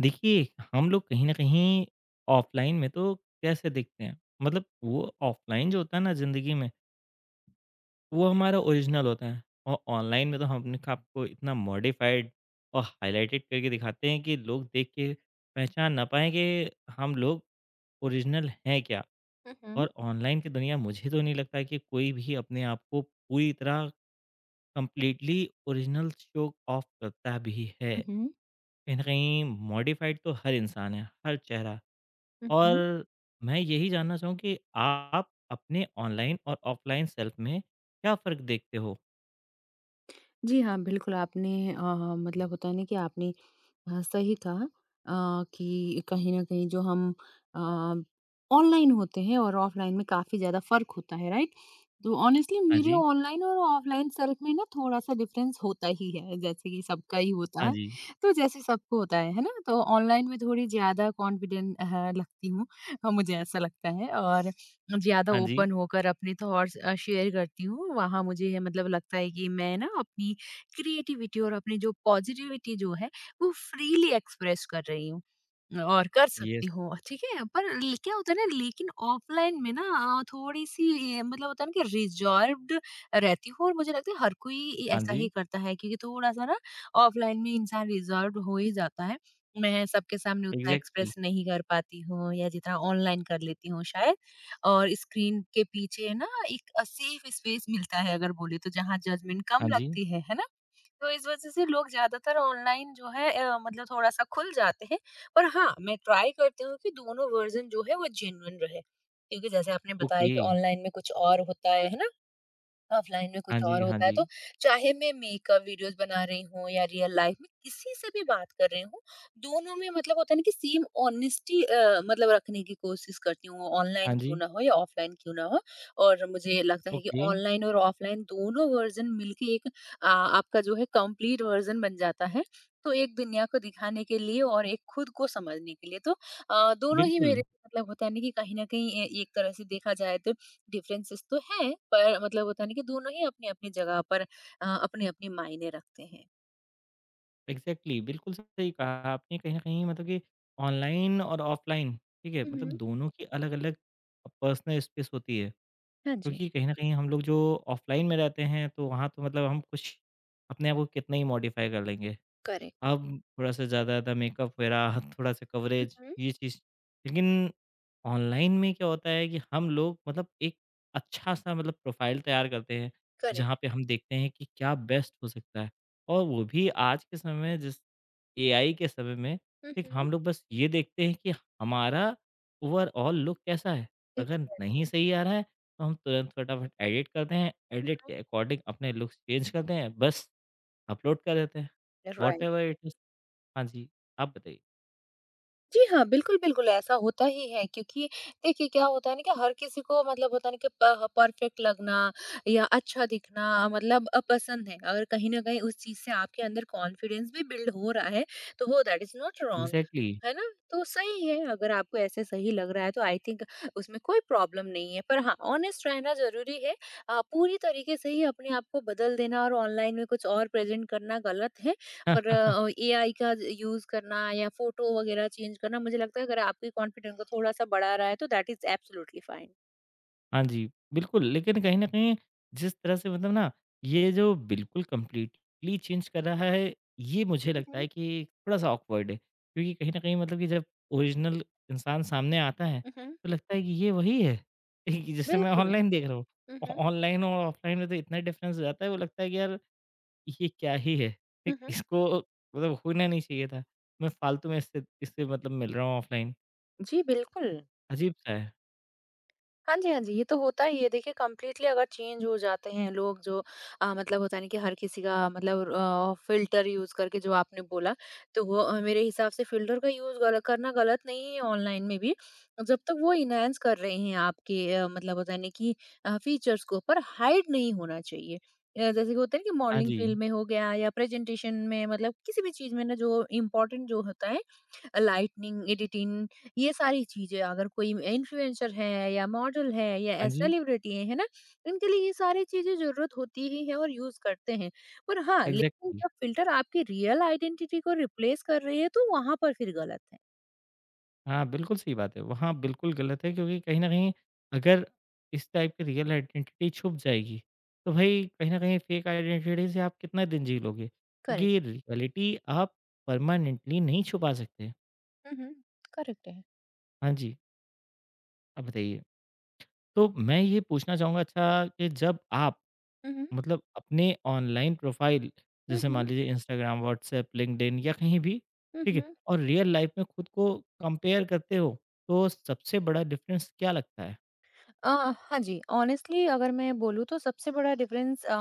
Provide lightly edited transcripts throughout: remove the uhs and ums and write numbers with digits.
देखिए, हम लोग कहीं न कहीं ऑफ़लाइन में तो कैसे दिखते हैं, मतलब वो ऑफ़लाइन जो होता है ना ज़िंदगी में, वो हमारा ओरिजिनल होता है और ऑनलाइन में तो हम अपने आप को इतना मॉडिफ़ाइड और हाइलाइटेड करके दिखाते हैं कि लोग देख के पहचान ना पाएँ कि हम लोग ओरिजिनल हैं क्या। और ऑनलाइन की दुनिया मुझे तो नहीं लगता कि कोई भी अपने आप को पूरी तरह कंप्लीटली ओरिजिनल शो ऑफ करता भी है। हुँ, कहीं न कहीं मॉडिफ़ाइड तो हर इंसान है, हर चेहरा। हुँ। और मैं यही जानना चाहूँ कि आप अपने ऑनलाइन और ऑफ़लाइन सेल्फ़ में क्या फ़र्क देखते हो? जी हाँ, बिल्कुल आपने मतलब होता है ना कि आपने सही कहा कि कहीं न कहीं जो हम अ, ऑनलाइन होते हैं और ऑफ़लाइन में काफ़ी ज़्यादा फ़र्क होता है, राइट? तो ऑनेस्टली हाँ मेरे जी, ऑनलाइन और ऑफलाइन सेल्फ में ना थोड़ा-सा डिफरेंस होता ही है, जैसे कि सबका ही होता हाँ है। जी, तो जैसे सबको होता है ना? तो ऑनलाइन में थोड़ी ज़्यादा कॉन्फिडेंट लगती हूँ। मुझे ऐसा लगता है और ज़्यादा हाँ जी, ओपन होकर अपने थॉट्स शेयर करती हूँ। वहाँ मुझे ये मतलब लगता है कि मैं ना अपनी क्रिएटिविटी और अपनी जो पॉजिटिविटी जो है, वो फ्रीली एक्सप्रेस कर रही हूँ। और कर यस, सकती हो, ठीक है? पर ल क्या होता है ना, लेकिन ऑफ़लाइन में ना थोड़ी-सी मतलब होता है ना कि रिज़र्व्ड रहती हूँ और मुझे लगता है हर कोई हाँ ऐसा ही जी, करता है क्योंकि थोड़ा-सा ना ऑफ़लाइन में इंसान रिज़र्व्ड हो ही जाता है। मैं सबके सामने उतना इग्ज़ैक्टली, एक्सप्रेस नहीं कर पाती हूँ या जितना ऑनलाइन कर लेती हूँ शायद। और स्क्रीन के पीछे ना एक सेफ स्पेस मिलता है अगर बोले तो, जहाँ जजमेंट हाँ कम जी, लगती है ना? तो इस वजह से लोग ज़्यादातर ऑनलाइन जो है मतलब थोड़ा-सा खुल जाते हैं। पर हाँ, मैं ट्राई करती हूँ कि दोनों वर्ज़न जो है वो जेन्युइन रहे। क्योंकि जैसे आपने बताया ओके, कि ऑनलाइन में कुछ और होता है ना? ऑफलाइन में हाँ कुछ जी, और हाँ होता है, जी, तो चाहे मैं मेकअप वीडियोज़ बना रही हूँ या रियल लाइफ में किसी से भी बात कर रही हूँ, दोनों में मतलब होता है ना कि सेम ऑनेस्टी मतलब रखने की कोशिश करती हूँ, हाँ ऑनलाइन क्यों जी, ना हो या ऑफलाइन क्यों ना हो। और मुझे लगता है कि ओके, ऑनलाइन और ऑफलाइन दोनों वर्ज़न मिलके एक आपका जो है कंप्लीट वर्ज़न बन जाता है। तो एक दुनिया को दिखाने के लिए और एक खुद को समझने के लिए, तो दोनों ही बिल्कुल, मेरे मतलब होता है ना कि कहीं न कहीं ए एक तरह से देखा जाए तो डिफरेंसेस तो है, पर मतलब होता नहीं कि दोनों ही अपनी अपनी जगह पर अपने अपने मायने रखते हैं। इग्ज़ैक्टली, बिल्कुल सही कहा आपने। कहीं न कहीं मतलब कि ऑनलाइन और ऑफ़लाइन, ठीक है? मतलब दोनों की अलग-अलग पर्सनल स्पेस होती है, हाँ जी। क्योंकि कहीं न कहीं हम लोग जो ऑफ़लाइन में रहते हैं, तो वहाँ तो मतलब हम कुछ अपने आप को कितना ही मॉडिफ़ाई कर लेंगे। करेक्ट। अब थोड़ा-सा ज़्यादा-ज़्यादा मेकअप वगैरह, थोड़ा-सा कवरेज ये चीज़ लेकिन ऑनलाइन में क्या होता है कि हम लोग मतलब एक अच्छा-सा मतलब प्रोफ़ाइल तैयार करते हैं, जहाँ करेक्ट। पे हम देखते हैं कि क्या बेस्ट हो सकता है। और वो भी आज के समय में जिस एआई के समय में एक हम लोग बस ये देखते हैं कि हमारा ओवरऑल लुक कैसा है? अगर नहीं सही आ रहा है, तो हम तुरंत फटाफट एडिट करते हैं, एडिट के अकॉर्डिंग अपने लुक्स चेंज करते हैं, बस अपलोड कर देते हैं। राइट। Whatever it is. हाँ जी, आप बताइए। जी हाँ, बिल्कुल, बिल्कुल ऐसा होता ही है क्योंकि देखिए क्या होता है ना कि हर किसी को मतलब होता है ना कि प परफेक्ट लगना या अच्छा दिखना मतलब पसंद है। अगर कहीं न कहीं उस चीज़ से आपके अंदर कॉन्फिडेंस भी बिल्ड हो रहा है, तो वो that is not wrong, exactly. है ना? तो सही है, अगर आपको ऐसे सही लग रहा है तो आई थिंक उसमें कोई प्रॉब्लम नहीं है। पर हाँ, ऑनेस्ट रहना ज़रूरी है। पूरी तरीके से ही अपने आप को बदल देना और ऑनलाइन में कुछ और प्रेज़ेंट करना गलत है। और एआई का यूज़ करना या फ़ोटो वगैरह चेंज करना, मुझे लगता है अगर आपके कॉन्फिडेंस को थोड़ा-सा बढ़ा रहा है तो दैट इज़ एब्सोल्युटली फाइन। हाँ जी, बिल्कुल, लेकिन कहीं न कहीं जिस तरह से मतलब ना ये जो बिल्कुल कंप्लीटली चेंज कर रहा है, ये मुझे हुँ, लगता है हुँ। कि थोड़ा-सा ऑकवर्ड है। क्योंकि कहीं न कहीं मतलब कि जब ओरिजिनल इंसान सामने आता है, हुँ, हुँ। तो लगता है कि ये वही है, कि जिसे मैं बिल्कुल। ऑनलाइन देख रहा हूँ। हुँ, ऑ हुँ। ऑनलाइन और ऑफ़लाइन में तो इतना डिफ़रेंस हो जाता है, वो लगता है कि यार ये क्या ही है? हुँ, एक हुँ। इसको मतलब होना नहीं चाहिए था। मैं फ़ालतू में इससे इससे मतलब मिल रहा हूँ ऑफ़लाइन, जी, बिल्कुल। अजीब-सा है। हाँ जी, हाँ जी, ये तो होता ही है। देखिए, कंप्लीटली अगर चेंज हो जाते हैं लोग जो मतलब होता है ना कि हर किसी का मतलब फ़िल्टर यूज़ करके जो आपने बोला, तो वो मेरे हिसाब से फ़िल्टर का यूज़ गल करना गलत नहीं है ऑनलाइन में भी। जब तक वो एनहांस कर रहे हैं आपके मतलब होता है ना कि फीचर्स को, पर हाइड नहीं होना चाहिए। जैसे कि होता है ना कि हाँ मॉडलिंग जी, फ़ील्ड में हो गया या प्रेज़ेंटेशन में, मतलब किसी भी चीज़ में ना जो इम्पोर्टेंट जो होता है, लाइटनिंग, एडिटिंग, ये सारी चीज़ें, अगर कोई इन्फ्लुएंसर है या मॉडल है हाँ या जी, सेलिब्रिटी है ना? इनके लिए ये सारी चीज़ें ज़रूरत होती ही है और यूज़ करते हैं। पर हाँ, लेकिन एग्ज़ैक्टली। जब फ़िल्टर आपकी रियल आइडेंटिटी को रिप्लेस कर रही है तो वहाँ पर फिर गलत है। हाँ, बिल्कुल सही बात है। वहाँ बिल्कुल गलत है क्योंकि कहीं न कहीं अगर इस टाइप की रियल आइडेंटिटी छुप जाएगी, तो भई कहीं न कहीं फेक आइडेंटिटी से आप कितना दिन जी लोगे? क्योंकि करेक्ट। रियलिटी आप परमानेंटली नहीं छुपा सकते। हुँ, हुँ। करेक्ट है। हाँ जी, अब बताइए। तो मैं ये पूछना चाहूँगा अच्छा कि जब आप हुँ, हुँ। मतलब अपने ऑनलाइन प्रोफाइल हुँ, जैसे हुँ। मान लीजिए इंस्टाग्राम, व्हाट्सएप, लिंक्डइन या कहीं भी, हुँ, ठीक है? हुँ। और रियल लाइफ में खुद को कंपेयर करते हो, तो सबसे बड़ा डिफरेंस क्या लगता है? अ, हाँ जी, ऑनेस्टली अगर मैं बोलूँ तो सबसे बड़ा डिफरेंस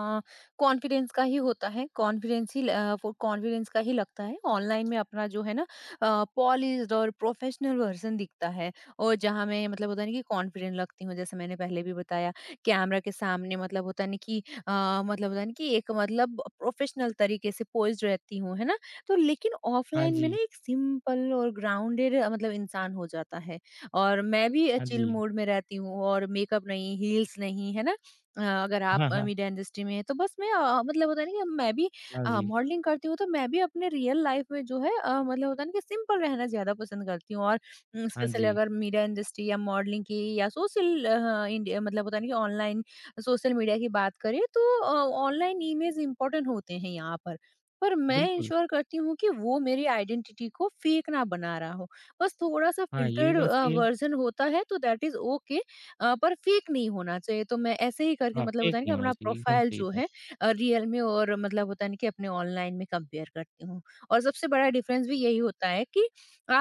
कॉन्फिडेंस का ही होता है। कॉन्फिडेंस ही ल अ, वो कॉन्फिडेंस का ही लगता है। ऑनलाइन में अपना जो है ना अ, पॉलिश्ड और प्रोफेशनल वर्ज़न दिखता है और जहाँ मैं मतलब होता है ना कि कॉन्फिडेंट लगती हूँ, जैसे मैंने पहले भी बताया, कैमरा के सामने मतलब होता है ना कि अ, मतलब होता है ना कि एक मतलब प्रोफेशनल तरीके से पोज़्ड रहती हूँ, है ना? तो लेकिन हाँ ऑफ़लाइन में जी, ना एक सिंपल और ग्राउंडेड मतलब इंसान हो जाता है। और मैं भी हाँ चिल जी। मूड में रहती हूँ और मेकअप नहीं, हील्स नहीं, है ना? अगर आप हाँ, हाँ। मीडिया इंडस्ट्री में हैं, तो बस मैं मतलब होता है ना कि मैं भी हाँ जी, मॉडलिंग करती हूँ, तो मैं भी अपने रियल लाइफ में जो है मतलब होता है ना कि सिंपल रहना ज़्यादा पसंद करती हूँ। और हाँ स्पेशली जी। अगर मीडिया इंडस्ट्री या मॉडलिंग की या सोशल इंडिया मतलब होता है ना कि ऑनलाइन सोशल मीडिया की बात करें, तो ऑनलाइन इमेज इम्पोर्टेंट होते हैं यहाँ पर। पर मैं बिल्कुल, इंश्योर करती हूँ कि वो मेरी आइडेंटिटी को फेक ना बना रहा हो। बस थोड़ा-सा हाँ, ये भी फ़िल्टर्ड बात सही है। वर्ज़न होता है तो दैट इज़ ओके, पर फ़ेक नहीं होना चाहिए। तो मैं ऐसे ही करके हाँ, मतलब होता फेक है ना नहीं कि होना अपना चाहिए, एकदम प्रोफ़ाइल सही जो बात। है रियल में और मतलब होता है ना कि अपने ऑनलाइन में कंपेयर करती हूँ। और सबसे बड़ा डिफ़रेंस भी यही होता है कि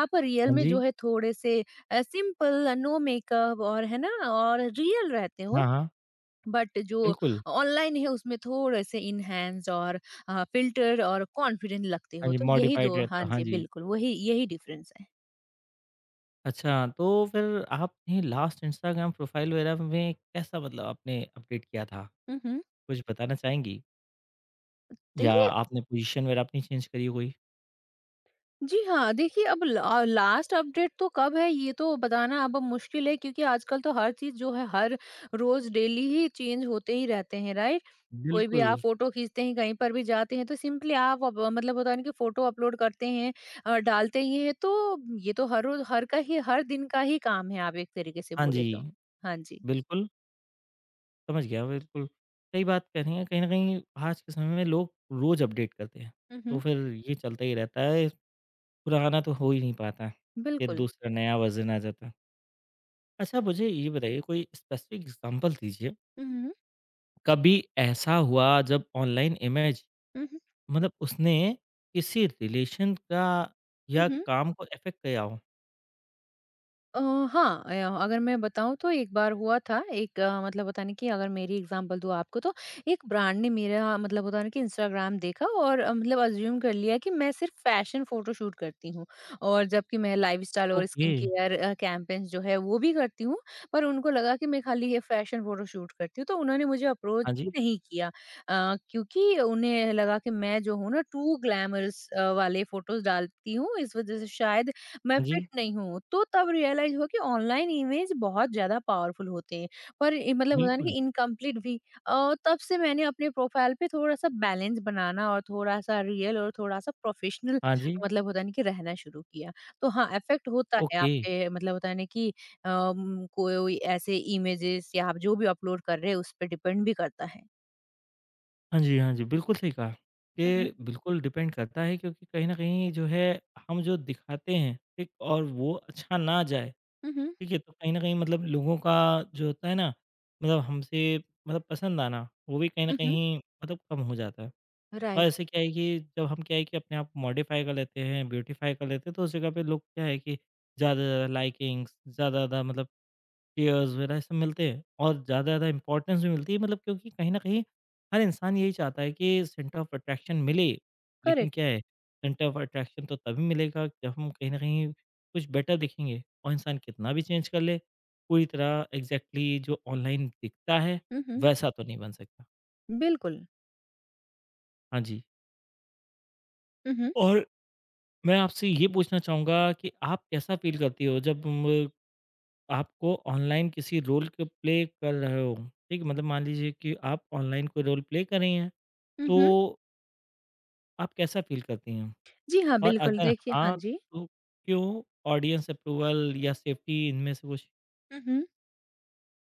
आप रियल हाँ में जो जी, है थोड़े-से सिंपल, नो मेकअप और है ना और रियल रहते हाँ, हो। हाँ, बट जो बिल्कुल। ऑनलाइन है उसमें थोड़े-से एनहांस और फ़िल्टर और कॉन्फिडेंट लगते हाँ हो। जी, तो यही मॉडिफाइड 2, रहता हाँ है, हाँ जी, जी। बिल्कुल, वही यही डिफ़रेंस है। अच्छा, तो फिर आपने लास्ट इंस्टाग्राम प्रोफाइल वगैरह में कैसा मतलब आपने अपडेट किया था? हुँ, हुँ। कुछ बताना चाहेंगी? या देखिए, आपने पोज़ीशन वग़ैरह अपनी चेंज करी हो कोई? जी हाँ, देखिए अब ला लास्ट अपडेट तो कब है ये तो बताना अब मुश्किल है, क्योंकि आजकल तो हर चीज़ जो है हर रोज़ डेली ही चेंज होते ही रहते हैं, राइट? कोई भी बिल्कुल। आप फ़ोटो खींचते हैं, कहीं पर भी जाते हैं तो सिंपली आप अब मतलब होता है ना कि फ़ोटो अपलोड करते हैं, डालते ही हैं, तो ये तो हर रोज़ हर दिन का ही काम है, आप एक तरीके से हाँ जी, बोले तो। हाँ जी। बिल्कुल, समझ गया बिल्कुल। सही बात कह रही हैं, कहीं न कहीं आज के समय में लोग रोज़ अपडेट करते हैं, हुँ, तो हुँ। फिर ये चलता ही रहता है, पुराना तो हो ही नहीं पाता है, ये बिल्कुल। दूसरा नया वर्ज़न आ जाता है। अच्छा मुझे ये बताइए कोई स्पेसिफ़िक एग्ज़ाम्पल दीजिए, हुँ, हुँ। कभी ऐसा हुआ जब ऑनलाइन इमेज हुँ, हुँ। मतलब उसने किसी रिलेशन का हुँ, या हुँ। काम को अफेक्ट किया हो? अ, हाँ, अगर मैं बताऊँ तो एक बार हुआ था एक मतलब होता नहीं कि अगर मेरी एग्जांपल दूँ आपको तो एक ब्रांड ने मेरा मतलब होता नहीं कि इंस्टाग्राम देखा और मतलब अज्यूम कर लिया कि मैं सिर्फ फैशन फोटोशूट करती हूँ, और जबकि मैं लाइफस्टाइल और ओके, स्किन केयर कैंपेन्स जो है वो भी करती हूँ, पर उनको लगा कि मैं खाली ये फैशन फोटोशूट करती हूँ, तो उन्होंने मुझे अप्रोच हाँ ही जी, नहीं किया, क्योंकि उन्हें लगा कि मैं जो हूँ ना टू ग्लैमरस वाले फोटोज डालती हूँ, इस वजह से शायद मैं हाँ जी, फिट नहीं हूँ। तो तब रियलाइज़ हुआ कि ऑनलाइन इमेज बहुत ज़्यादा पावरफुल होते हैं, पर ये मतलब होता है ना बिल्कुल, कि इनकम्प्लीट भी। तब से मैंने अपने प्रोफाइल पे थोड़ा-सा बैलेंस बनाना और थोड़ा-सा रियल और थोड़ा-सा प्रोफेशनल हाँ जी। मतलब होता है ना कि रहना शुरू किया। तो हाँ, इफ़ेक्ट होता है ओके। आपके मतलब होता है ना कि कोई ऐसे इमेजेस या आप जो भी अपलोड कर रहे हैं, उस पे डिपेंड भी करता है। हाँ जी, हाँ जी, बिल्कुल सही कहा। हुँ, हुँ। ये बिल्कुल डिपेंड करता है क्योंकि कहीं न कहीं जो है हम जो दिखाते हैं, ठीक? और वो अच्छा ना जाए, हुँ, हुँ। ठीक है? तो कहीं न कहीं मतलब लोगों का जो होता है ना मतलब हमसे मतलब पसंद आना, वो भी कहीं न हुँ, हुँ। कहीं मतलब कम हो जाता है। और राइट। ऐसे क्या है कि जब हम क्या है कि अपने आप को मॉडिफ़ाई कर लेते हैं, ब्यूटीफ़ाई कर लेते हैं, तो उस जगह पे लोग क्या है कि ज़्यादा से ज़्यादा लाइकिंग्स, ज़्यादा-ज़्यादा मतलब टीयर्स वगैरह सब मिलते हैं और ज़्यादा से ज़्यादा इम्पोर्टेंस भी मिलती है मतलब क्योंकि कहीं न कहीं हर इंसान यही चाहता है कि सेंटर ऑफ अट्रैक्शन मिले। लेकिन करेक्ट। क्या है सेंटर ऑफ अट्रैक्शन तो तभी मिलेगा जब हम कहीं न कहीं कुछ बेटर दिखेंगे और इंसान कितना भी चेंज कर ले, पूरी तरह एग्ज़ैक्टली जो ऑनलाइन दिखता है हुँ, हुँ। वैसा तो नहीं बन सकता। बिल्कुल। हाँ जी। हुँ, हुँ। और मैं आपसे ये पूछना चाहूँगा कि आप कैसा फ़ील करती हो जब आपको ऑनलाइन किसी रोल को प्ले कर रहे हो, ठीक है? मतलब मान लीजिए कि आप ऑनलाइन कोई रोल प्ले कर रही हैं, हुँ, हुँ। तो आप कैसा फ़ील करती हैं? जी हाँ, और बिल्कुल। अगर देखिए, हाँ हाँ, जी। तो क्यों? ऑडियंस अप्रूवल या सेफ्टी इनमें से कुछ? हुँ, हुँ।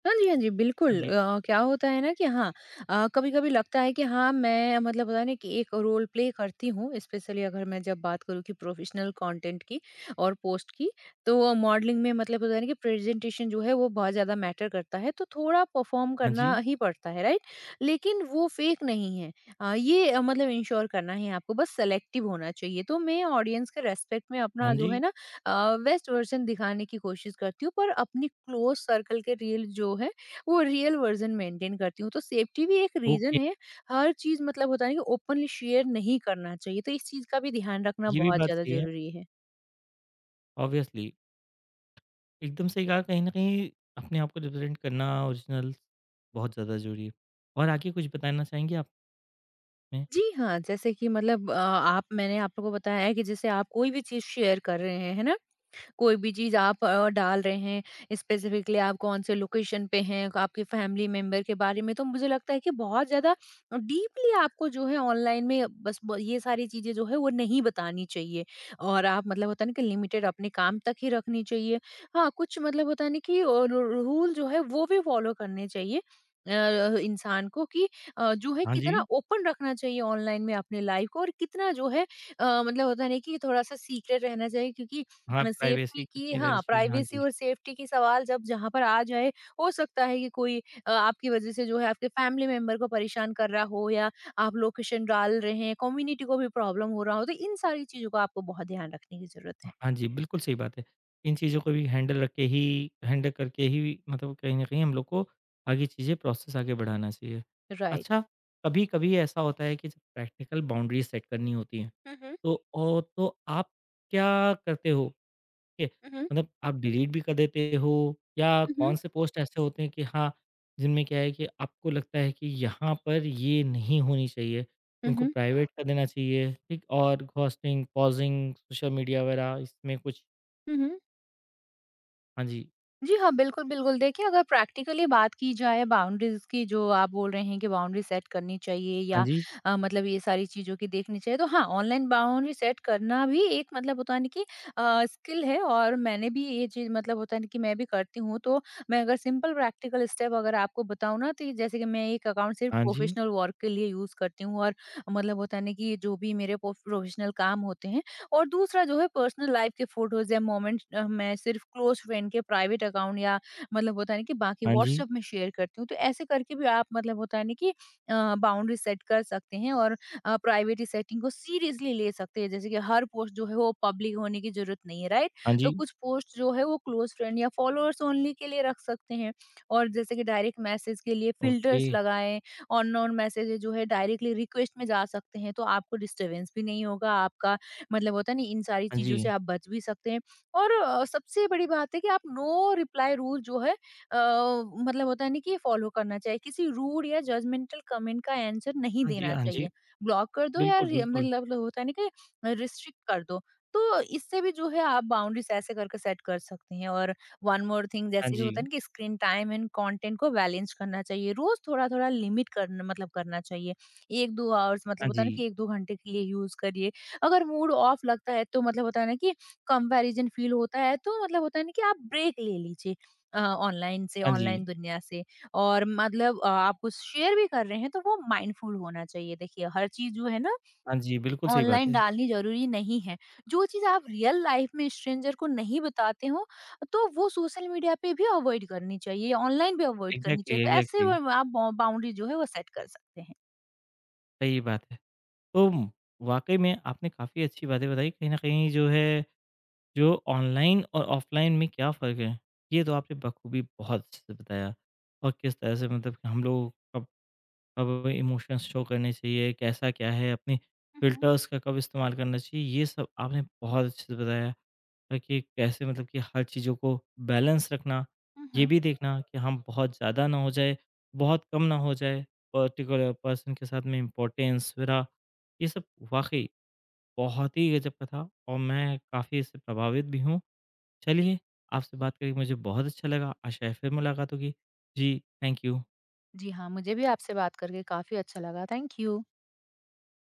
हाँ जी, हाँ जी, हाँ बिल्कुल। जी, क्या होता है ना कि हाँ, कभी-कभी लगता है कि हाँ, मैं मतलब पता नहीं कि एक रोल प्ले करती हूँ, स्पेशली अगर मैं जब बात करूँ कि प्रोफेशनल कंटेंट की और पोस्ट की, तो मॉडलिंग में मतलब होता है ना कि प्रेज़ेंटेशन जो है, वो बहुत ज़्यादा मैटर करता है, तो थोड़ा परफ़ॉर्म हाँ जी, करना ही पड़ता है, राइट? लेकिन वो फ़ेक नहीं है। ये मतलब इंश्योर करना है आपको, बस सेलेक्टिव होना चाहिए। तो मैं ऑडियंस के रिस्पेक्ट में हाँ अपना जो है जी, ना बेस्ट वर्जन दिखाने की कोशिश करती हूँ, पर अपनी क्लोज सर्कल के रियल जो है, वो रियल वर्जन मेंटेन करती हूँ, तो सेफ्टी भी एक ओके, रीजन है। हर चीज मतलब होता है ना कि ओपनली शेयर नहीं करना चाहिए, तो इस चीज का भी ध्यान रखना ये भी बहुत बात ज्यादा सही है, जरूरी है। ऑब्वियसली। एकदम सही कहा, कहीं न कहीं अपने आप को रिप्रेज़ेंट करना ओरिजिनल बहुत ज़्यादा ज़रूरी है। और आगे कुछ बताना चाहेंगी आप इसमें? जी हाँ, जैसे कि मतलब आप, मैंने आप लोगों को बताया है कि जैसे आप कोई भी चीज शेयर कर रहे हैं, है ना, कोई भी चीज़ आप डाल रहे हैं, स्पेसिफिकली आप कौन से लोकेशन पे हैं, आपके फैमिली मेंबर के बारे में, तो मुझे लगता है कि बहुत ज़्यादा डीपली आपको जो है ऑनलाइन में बस ब ये सारी चीज़ें जो है वो नहीं बतानी चाहिए और आप मतलब होता है ना कि लिमिटेड अपने काम तक ही रखनी चाहिए। हाँ, कुछ मतलब होता है ना कि रू रूल जो है वो भी फॉलो करने चाहिए अ, इंसान को कि जो है हाँ जी, कितना ओपन रखना चाहिए ऑनलाइन में अपने लाइफ़ को और कितना जो है मतलब होता है ना कि थोड़ा-सा सीक्रेट रहना चाहिए, क्योंकि हाँ, सेफ्टी प्राइवेसी की, कितनी रहनी हाँ, चाहिए? हाँ प्राइवेसी जी। और सेफ्टी की सवाल जब जहाँ पर आ जाए, हो सकता है कि कोई आपकी वज़ह से जो है आपके फैमिली मेंबर को परेशान कर रहा हो, या आप लोकेशन डाल रहे हैं, कम्युनिटी को भी प्रॉब्लम हो रहा हो, तो इन सारी चीज़ों का आपको बहुत ध्यान रखने की ज़रूरत है। हाँ जी, बिल्कुल सही बात है। इन चीज़ों को भी हैंडल रख के ही हैंडल करके ही मतलब कहीं न कहीं हम लोग को आगे चीज़ें प्रोसेस आगे बढ़ाना चाहिए। राइट। अच्छा, कभी-कभी ऐसा होता है कि जब प्रैक्टिकल बाउंड्रीज़ सेट करनी होती हैं, हुँ, हुँ। तो औ तो आप क्या करते हो? ठीक है? हुँ, हुँ। मतलब आप डिलीट भी कर देते हो या हुँ, कौन हुँ। से पोस्ट ऐसे होते हैं कि हाँ, जिनमें क्या है कि आपको लगता है कि यहाँ पर ये नहीं होनी चाहिए, हुँ, उनको हुँ। प्राइवेट कर देना चाहिए, ठीक? और घोस्टिंग, पॉज़िंग, सोशल मीडिया वगैरह इसमें कुछ? हुँ, हुँ। हाँ जी। जी हाँ, बिल्कुल, बिल्कुल। देखिए, अगर प्रैक्टिकली बात की जाए बाउंड्रीज़ की, जो आप बोल रहे हैं कि बाउंड्री सेट करनी चाहिए हाँ या जी, मतलब ये सारी चीज़ों की देखनी चाहिए, तो हाँ, ऑनलाइन बाउंड्री सेट करना भी एक मतलब होता है ना कि स्किल है, और मैंने भी ये चीज़ मतलब होता है ना कि मैं भी करती हूँ। तो मैं अगर सिंपल प्रैक्टिकल स्टेप अगर आपको बताऊँ ना, तो ये जैसे कि मैं एक अकाउंट सिर्फ हाँ जी, प्रोफेशनल वर्क के लिए यूज़ करती हूँ और मतलब होता है ना कि जो भी मेरे प्रोफेशनल काम होते हैं, और दूसरा जो है पर्सनल लाइफ के फोटोज या मोमेंट्स मैं सिर्फ क्लोज फ्रेंड के प्राइवेट अकाउंट या मतलब होता है ना कि बाकी हाँ जी, व्हाट्सएप में शेयर करती हूँ। तो ऐसे करके भी आप मतलब होता है ना कि बाउंड्री सेट कर सकते हैं और प्राइवेट सेटिंग को सीरियसली ले सकते हैं। जैसे कि हर पोस्ट जो है वो पब्लिक होने की जरूरत नहीं है, राइट? हाँ तो जी, कुछ पोस्ट जो है वो क्लोज फ्रेंड या फॉलोअर्स ओनली के लिए रख सकते हैं। और जैसे कि डायरेक्ट मैसेज के लिए ओके, फिल्टर्स लगाएं, और नॉन मैसेज जो है डायरेक्टली रिक्वेस्ट में जा सकते हैं, तो आपको डिस्टर्बेंस भी नहीं होगा, आपका मतलब होता है ना इन सारी हाँ जी, चीज़ों से आप बच भी सकते हैं। और सबसे बड़ी बात है कि आप नो रिप्लाई रूल जो है मतलब होता है ना कि ये फॉलो करना चाहिए, किसी रूड या जजमेंटल कमेंट का आंसर नहीं हाँ जी, देना हाँ जी, चाहिए, ब्लॉक कर दो या बिल्कुल, बिल्कुल, मतलब होता है ना कि रिस्ट्रिक्ट कर दो। तो इससे भी जो है आप बाउंड्रीज ऐसे करके सेट कर सकते हैं। और वन मोर थिंग, हाँ जैसे कि होता है जी, ना कि स्क्रीन टाइम एंड कंटेंट को बैलेंस करना चाहिए, रोज थोड़ा थोड़ा लिमिट करना, मतलब करना चाहिए। एक दो आवर्स, मतलब हाँ होता जी, है ना कि एक दो घंटे के लिए यूज करिए। अगर मूड ऑफ लगता है तो मतलब होता है ना कि कंपैरिजन फील होता है, तो मतलब होता है ना कि आप ब्रेक ले लीजिए ऑनलाइन से, हाँ जी, ऑनलाइन दुनिया से। और मतलब आप कुछ शेयर भी कर रहे हैं तो वो माइंडफुल होना चाहिए। देखिए, हर चीज जो है ना, हाँ जी, बिल्कुल सही बात ऑनलाइन है। डालनी जरूरी नहीं है। जो चीज आप रियल लाइफ में स्ट्रेंजर को नहीं बताते हो, तो वो सोशल मीडिया पे भी अवॉइड करनी चाहिए, ऑनलाइन भी अवॉइड करनी एग्ज़ैक्टली, चाहिए। तो ऐसे एग्ज़ैक्टली, वो आप बाउंड्री जो है वो सेट कर सकते हैं। सही बात है। तो वाक़ई में आपने काफ़ी अच्छी बातें बताई, कहीं न कहीं जो है, जो ऑनलाइन और ऑफ़लाइन में क्या फ़र्क है, ये तो आपने बखूबी बहुत अच्छे से बताया। और किस तरह से मतलब कि हम लोग कब कब इमोशंस शो करने चाहिए, कैसा क्या है, अपने फ़िल्टर्स का कब इस्तेमाल करना चाहिए, ये सब आपने बहुत अच्छे से बताया। और कि कैसे मतलब कि हर चीज़ों को बैलेंस रखना, हम्म, ये हम्म। भी देखना कि हम बहुत ज़्यादा ना हो जाए, बहुत कम ना हो जाए, पर्टिकुलर पर्सन के साथ में इम्पोर्टेंस वगैरह, ये सब वाक़ई बहुत ही गज़ब का था और मैं काफ़ी इससे प्रभावित भी हूँ। चलिए, आपसे बात करके मुझे बहुत अच्छा लगा। आशा है फिर मुलाकात होगी। जी, थैंक यू। जी हाँ, मुझे भी आपसे बात करके काफी अच्छा लगा। Thank you.